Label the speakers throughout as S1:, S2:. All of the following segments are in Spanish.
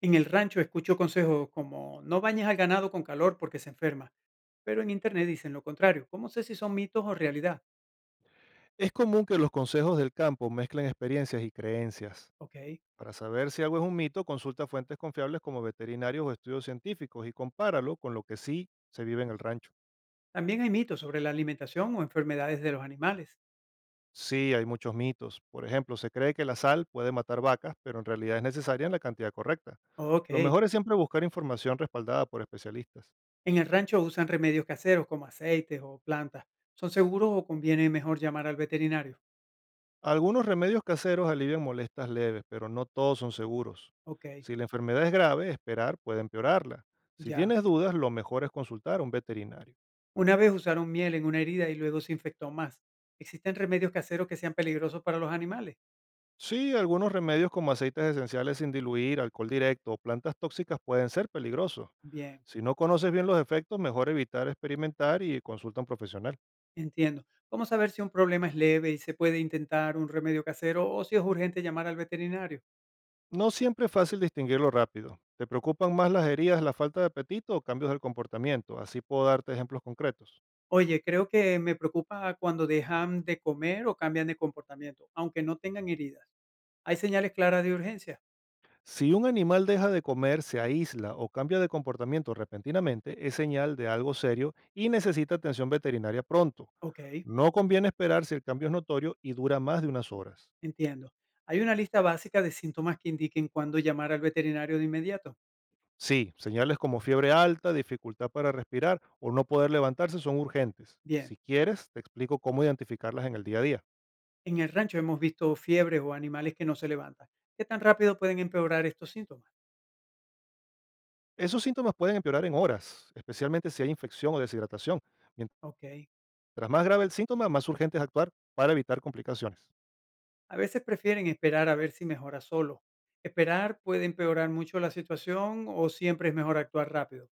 S1: En el rancho escucho consejos como no bañes al ganado con calor porque se enferma, pero en internet dicen lo contrario. ¿Cómo sé si son mitos o realidad?
S2: Es común que los consejos del campo mezclen experiencias y creencias.
S1: Ok.
S2: Para saber si algo es un mito, consulta fuentes confiables como veterinarios o estudios científicos y compáralo con lo que sí se vive en el rancho.
S1: También hay mitos sobre la alimentación o enfermedades de los animales.
S2: Sí, hay muchos mitos. Por ejemplo, se cree que la sal puede matar vacas, pero en realidad es necesaria en la cantidad correcta.
S1: Ok.
S2: Lo mejor es siempre buscar información respaldada por especialistas.
S1: En el rancho usan remedios caseros como aceites o plantas. ¿Son seguros o conviene mejor llamar al veterinario?
S2: Algunos remedios caseros alivian molestias leves, pero no todos son seguros.
S1: Ok,
S2: Si la enfermedad es grave, esperar puede empeorarla. Si
S1: ya.
S2: tienes dudas, lo mejor es consultar a un veterinario.
S1: Una vez usaron miel en una herida y luego se infectó más. ¿Existen remedios caseros que sean peligrosos para los animales?
S2: Sí, algunos remedios como aceites esenciales sin diluir, alcohol directo o plantas tóxicas pueden ser peligrosos.
S1: Bien.
S2: Si no conoces bien los efectos, mejor evitar experimentar y consulta a un profesional.
S1: Entiendo. ¿Cómo saber si un problema es leve y se puede intentar un remedio casero o si es urgente llamar al veterinario?
S2: No siempre es fácil distinguirlo rápido. ¿Te preocupan más las heridas, la falta de apetito o cambios del comportamiento? Así puedo darte ejemplos concretos.
S1: Oye, creo que me preocupa cuando dejan de comer o cambian de comportamiento, aunque no tengan heridas. ¿Hay señales claras de urgencia?
S2: Si un animal deja de comer, se aísla o cambia de comportamiento repentinamente, es señal de algo serio y necesita atención veterinaria pronto.
S1: Ok,
S2: No conviene esperar si el cambio es notorio y dura más de unas horas.
S1: entiendo. ¿Hay una lista básica de síntomas que indiquen cuándo llamar al veterinario de inmediato?
S2: Sí, señales como fiebre alta, dificultad para respirar o no poder levantarse son urgentes.
S1: Bien,
S2: Si quieres, te explico cómo identificarlas en el día a día.
S1: en el rancho hemos visto fiebres o animales que no se levantan. ¿Qué tan rápido pueden empeorar estos síntomas?
S2: Esos síntomas pueden empeorar en horas, especialmente si hay infección o deshidratación.
S1: Ok.
S2: Mientras más grave el síntoma, más urgente es actuar para evitar complicaciones.
S1: A veces prefieren esperar a ver si mejora solo. Esperar puede empeorar mucho la situación o siempre es mejor actuar rápido.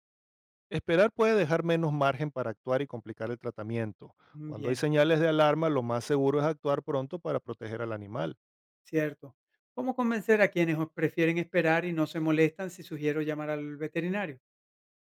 S2: Esperar puede dejar menos margen para actuar y complicar el tratamiento.
S1: Mm,
S2: Cuando hay
S1: bien,
S2: señales de alarma, lo más seguro es actuar pronto para proteger al animal.
S1: cierto. ¿Cómo convencer a quienes prefieren esperar y no se molestan si sugiero llamar al veterinario?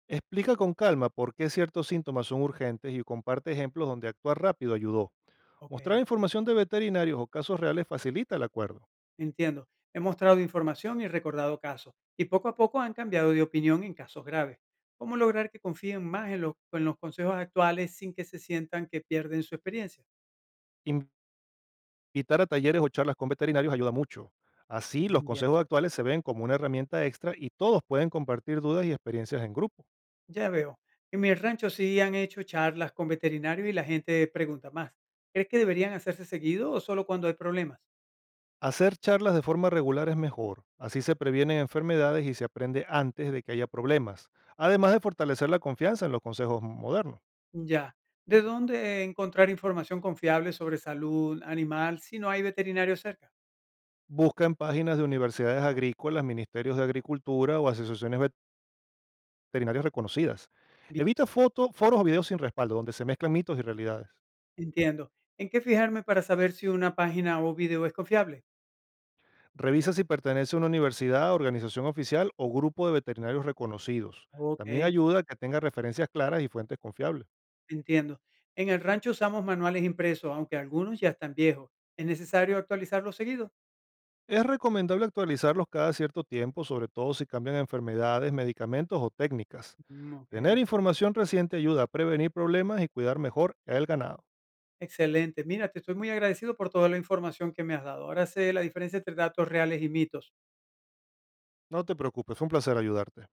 S2: Explica con calma por qué ciertos síntomas son urgentes y comparte ejemplos donde actuar rápido ayudó.
S1: Ok,
S2: Mostrar información de veterinarios o casos reales facilita el acuerdo.
S1: entiendo. He mostrado información y recordado casos, y poco a poco han cambiado de opinión en casos graves. ¿Cómo lograr que confíen más en los consejos actuales sin que se sientan que pierden su experiencia?
S2: Invitar a talleres o charlas con veterinarios ayuda mucho. Así, los
S1: Mm, bien.
S2: consejos actuales se ven como una herramienta extra y todos pueden compartir dudas y experiencias en grupo.
S1: Ya veo. En mi rancho sí han hecho charlas con veterinarios y la gente pregunta más. ¿Crees que deberían hacerse seguido o solo cuando hay problemas?
S2: Hacer charlas de forma regular es mejor, así se previenen enfermedades y se aprende antes de que haya problemas, además de fortalecer la confianza en los consejos modernos.
S1: Ya. ¿De dónde encontrar información confiable sobre salud animal si no hay veterinario cerca?
S2: Busca en páginas de universidades agrícolas, ministerios de agricultura o asociaciones veterinarias reconocidas.
S1: Bien,
S2: Evita fotos, foros o videos sin respaldo, donde se mezclan mitos y realidades.
S1: entiendo. ¿En qué fijarme para saber si una página o video es confiable?
S2: Revisa si pertenece a una universidad, organización oficial o grupo de veterinarios reconocidos.
S1: Ok,
S2: También ayuda a que tenga referencias claras y fuentes confiables.
S1: entiendo. En el rancho usamos manuales impresos, aunque algunos ya están viejos. ¿Es necesario actualizarlos seguido?
S2: Es recomendable actualizarlos cada cierto tiempo, sobre todo si cambian enfermedades, medicamentos o técnicas.
S1: Mm, ok.
S2: Tener información reciente ayuda a prevenir problemas y cuidar mejor el ganado.
S1: Excelente. Mira, te estoy muy agradecido por toda la información que me has dado. Ahora sé la diferencia entre datos reales y mitos.
S2: No te preocupes, fue un placer ayudarte.